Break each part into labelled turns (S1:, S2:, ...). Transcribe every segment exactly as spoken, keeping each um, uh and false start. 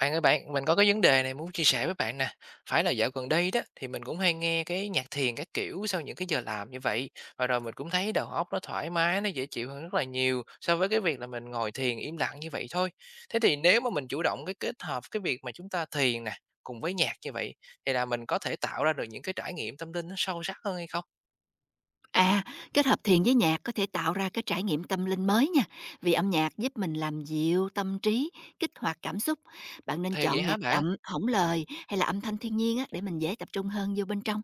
S1: Bạn ơi bạn, mình có cái vấn đề này muốn chia sẻ với bạn nè. Phải là dạo gần đây đó thì mình cũng hay nghe cái nhạc thiền các kiểu sau những cái giờ làm như vậy. Và rồi mình cũng thấy đầu óc nó thoải mái, nó dễ chịu hơn rất là nhiều so với cái việc là mình ngồi thiền im lặng như vậy thôi. Thế thì nếu mà mình chủ động cái kết hợp cái việc mà chúng ta thiền nè cùng với nhạc như vậy, thì là mình có thể tạo ra được những cái trải nghiệm tâm linh nó sâu sắc hơn hay không?
S2: À, kết hợp thiền với nhạc có thể tạo ra cái trải nghiệm tâm linh mới nha, vì âm nhạc giúp mình làm dịu tâm trí, kích hoạt cảm xúc. Bạn nên
S1: Thì vậy
S2: chọn
S1: hả
S2: nhạc
S1: bạn?
S2: chậm, hổng lời hay là âm thanh thiên nhiên á, để mình dễ tập trung hơn vô bên trong.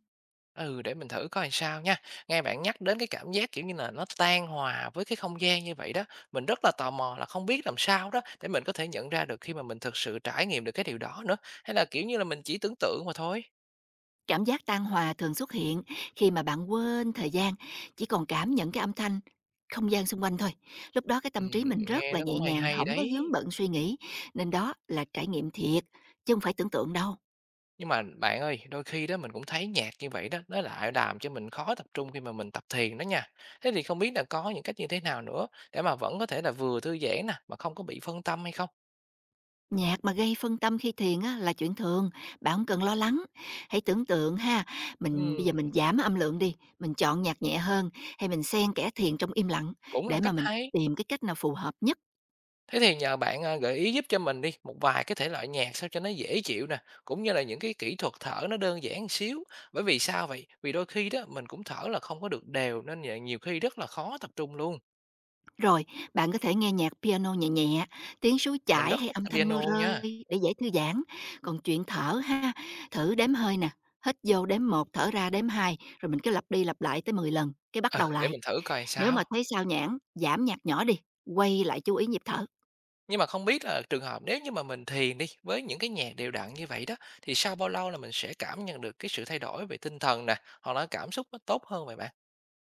S1: Ừ, để mình thử coi làm sao nha. Nghe bạn nhắc đến cái cảm giác, kiểu như là, nó tan hòa với cái không gian như vậy đó, mình rất là tò mò là không biết làm sao đó để mình có thể nhận ra được khi mà mình thực sự trải nghiệm được cái điều đó nữa, hay là, kiểu như là, mình chỉ tưởng tượng mà thôi?
S2: Cảm giác tan hòa thường xuất hiện khi mà bạn quên thời gian, chỉ còn cảm nhận cái âm thanh, không gian xung quanh thôi. Lúc đó cái tâm trí
S1: Ừm,
S2: mình rất
S1: nghe
S2: là
S1: nó
S2: nhẹ
S1: cũng hay
S2: nhàng,
S1: hay
S2: không có
S1: đấy.
S2: vướng bận suy nghĩ, nên đó là trải nghiệm thiệt, chứ không phải tưởng tượng đâu.
S1: Nhưng mà bạn ơi, đôi khi đó mình cũng thấy nhạc như vậy đó, nó lại làm cho mình khó tập trung khi mà mình tập thiền đó nha. Thế thì không biết là có những cách như thế nào nữa để mà vẫn có thể là vừa thư giãn nè, mà không có bị phân tâm hay không?
S2: Nhạc mà gây phân tâm khi thiền á, là chuyện thường, bạn không cần lo lắng. Hãy tưởng tượng ha, mình bây giờ
S1: Ừm,
S2: mình giảm âm lượng đi, mình chọn nhạc nhẹ hơn, hay mình xen kẽ thiền trong im lặng
S1: cũng là
S2: để mà
S1: cách
S2: mình
S1: hay.
S2: tìm cái cách nào phù hợp nhất.
S1: Thế thì nhờ bạn, à, gợi ý giúp cho mình đi, một vài cái thể loại nhạc sao cho nó dễ chịu nè, cũng như là những cái kỹ thuật thở nó đơn giản một xíu. Bởi vì sao vậy? Vì đôi khi đó mình cũng thở là không có được đều, nên là nhiều khi rất là khó tập trung luôn.
S2: Rồi, bạn có thể nghe nhạc piano nhẹ nhẹ, tiếng suối
S1: Mình
S2: chảy
S1: rất
S2: hay
S1: thích
S2: âm thanh mưa
S1: piano
S2: rơi
S1: nha.
S2: để dễ thư giãn. Còn chuyện thở ha, thử đếm hơi nè, hít vô đếm một, thở ra đếm hai, rồi mình cứ lặp đi lặp lại tới mười lần, cái bắt
S1: Ừ,
S2: đầu
S1: để
S2: lại.
S1: mình thử coi
S2: Nếu mà
S1: sao.
S2: thấy sao nhãng, giảm nhạc nhỏ đi, quay lại chú ý nhịp thở.
S1: Nhưng mà không biết là trường hợp nếu như mà mình thiền đi, với những cái nhạc đều đặn như vậy đó, thì sau bao lâu là mình sẽ cảm nhận được cái sự thay đổi về tinh thần nè, hoặc là cảm xúc nó tốt hơn vậy bạn?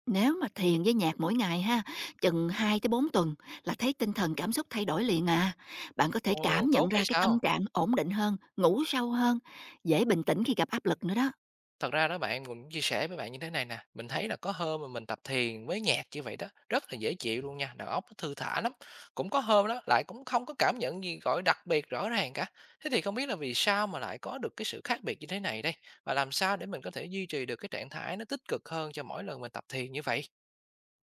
S2: Nếu mà thiền với nhạc mỗi ngày ha, chừng hai tới bốn tuần là thấy tinh thần cảm xúc thay đổi liền à. Bạn có thể
S1: Ồ,
S2: cảm nhận
S1: tốt vậy
S2: ra cái
S1: sao?
S2: tâm trạng ổn định hơn, ngủ sâu hơn, dễ bình tĩnh khi gặp áp lực nữa đó.
S1: Thật ra đó bạn, mình cũng chia sẻ với bạn như thế này nè, mình thấy là có hôm mà mình tập thiền với nhạc như vậy đó, rất là dễ chịu luôn nha, đầu óc nó thư thả lắm. Cũng có hôm đó lại cũng không có cảm nhận gì, gọi, đặc biệt rõ ràng cả. Thế thì không biết là vì sao mà lại có được cái sự khác biệt như thế này đây? Và làm sao để mình có thể duy trì được cái trạng thái nó tích cực hơn cho mỗi lần mình tập thiền như vậy?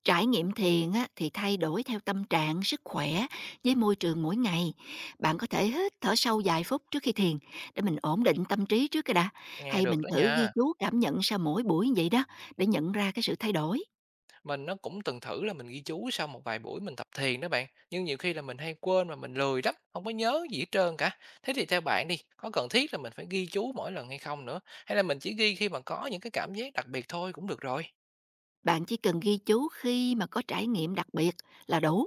S2: Trải nghiệm thiền á, thì thay đổi theo tâm trạng, sức khỏe với môi trường mỗi ngày. Bạn có thể hít thở sâu vài phút trước khi thiền để mình ổn định tâm trí trước cái đã.
S1: Nghe
S2: Hay
S1: được
S2: mình
S1: đó
S2: thử ghi
S1: nha.
S2: chú cảm nhận sau mỗi buổi như vậy đó để nhận ra cái sự thay đổi.
S1: Mình nó cũng từng thử là mình ghi chú sau một vài buổi mình tập thiền đó bạn, nhưng nhiều khi là mình hay quên và mình lười lắm, không có nhớ gì hết trơn cả. Thế thì theo bạn đi, có cần thiết là mình phải ghi chú mỗi lần hay không nữa? Hay là mình chỉ ghi khi mà có những cái cảm giác đặc biệt thôi cũng được rồi?
S2: Bạn chỉ cần ghi chú khi mà có trải nghiệm đặc biệt là đủ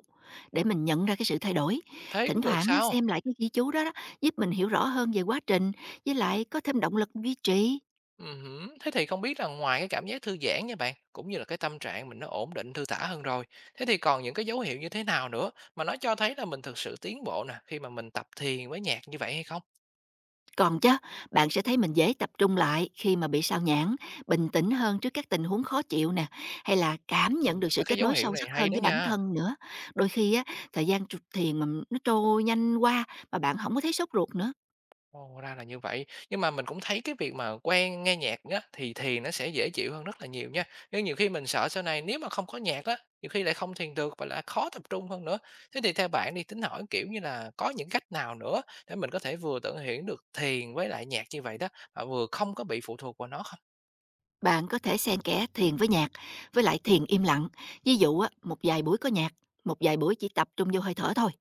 S2: để mình nhận ra cái sự thay đổi.
S1: Thế
S2: Thỉnh
S1: cũng được
S2: thoảng á,
S1: sao?
S2: xem lại cái ghi chú đó, đó giúp mình hiểu rõ hơn về quá trình, với lại có thêm động lực duy trì.
S1: Ừm, thế thì không biết là ngoài cái cảm giác thư giãn nha bạn, cũng như là cái tâm trạng mình nó ổn định, thư thả hơn rồi, thế thì còn những cái dấu hiệu như thế nào nữa mà nó cho thấy là mình thực sự tiến bộ nè, khi mà mình tập thiền với nhạc như vậy hay không?
S2: Còn chứ, bạn sẽ thấy mình dễ tập trung lại khi mà bị sao nhãn, bình tĩnh hơn trước các tình huống khó chịu nè, hay là cảm
S1: Ừm,
S2: nhận được sự
S1: mấy cái
S2: kết
S1: dấu
S2: nối
S1: hiệu
S2: sâu
S1: này
S2: sắc
S1: hay
S2: hơn
S1: đó
S2: với bản
S1: nha.
S2: thân nữa. Đôi khi á, thời gian tr- thiền mà nó trôi nhanh qua mà bạn không có thấy sốt ruột nữa.
S1: Ồ, ra là như vậy. Nhưng mà mình cũng thấy cái việc mà quen nghe nhạc á, thì thiền nó sẽ dễ chịu hơn rất là nhiều nha. Nhưng nhiều khi mình sợ sau này nếu mà không có nhạc á, nhiều khi lại không thiền được và lại khó tập trung hơn nữa. Thế thì theo bạn đi, tính hỏi kiểu như là có những cách nào nữa để mình có thể vừa tận hưởng được thiền với lại nhạc như vậy đó, mà vừa không có bị phụ thuộc vào nó không?
S2: Bạn có thể xen kẽ thiền với nhạc, với lại thiền im lặng. Ví dụ á, một vài buổi có nhạc, một vài buổi chỉ tập trung vô hơi thở thôi.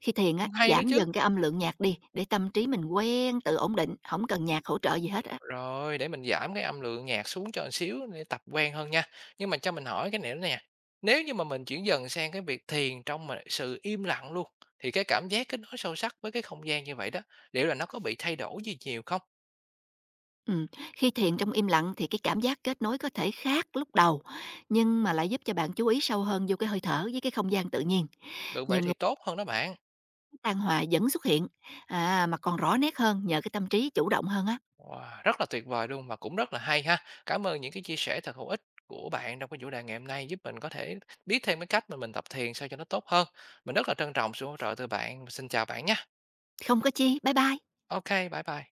S2: Khi thiền á,
S1: Cũng hay đó
S2: giảm
S1: chứ.
S2: dần cái âm lượng nhạc đi để tâm trí mình quen tự ổn định, không cần nhạc hỗ trợ gì hết á.
S1: Rồi, để mình giảm cái âm lượng nhạc xuống cho một xíu để tập quen hơn nha. Nhưng mà cho mình hỏi cái này nữa nè. Nếu như mà mình chuyển dần sang cái việc thiền trong mà sự im lặng luôn, thì cái cảm giác kết nối sâu sắc với cái không gian như vậy đó, liệu là nó có bị thay đổi gì nhiều không?
S2: Ừ. Khi thiền trong im lặng thì cái cảm giác kết nối có thể khác lúc đầu, nhưng mà lại giúp cho bạn chú ý sâu hơn vô cái hơi thở với cái không gian tự nhiên.
S1: Được vậy
S2: Nhiều người
S1: thì tốt hơn đó bạn.
S2: tan hòa vẫn xuất hiện, à, mà còn rõ nét hơn nhờ cái tâm trí chủ động hơn á.
S1: Wow, rất là tuyệt vời luôn và cũng rất là hay ha. Cảm ơn những cái chia sẻ thật hữu ích của bạn trong cái chủ đề ngày hôm nay giúp mình có thể biết thêm cái cách mà mình tập thiền sao cho nó tốt hơn. Mình rất là trân trọng sự hỗ trợ từ bạn. Xin chào bạn nha.
S2: Không có chi, bye bye.
S1: Ok, bye bye.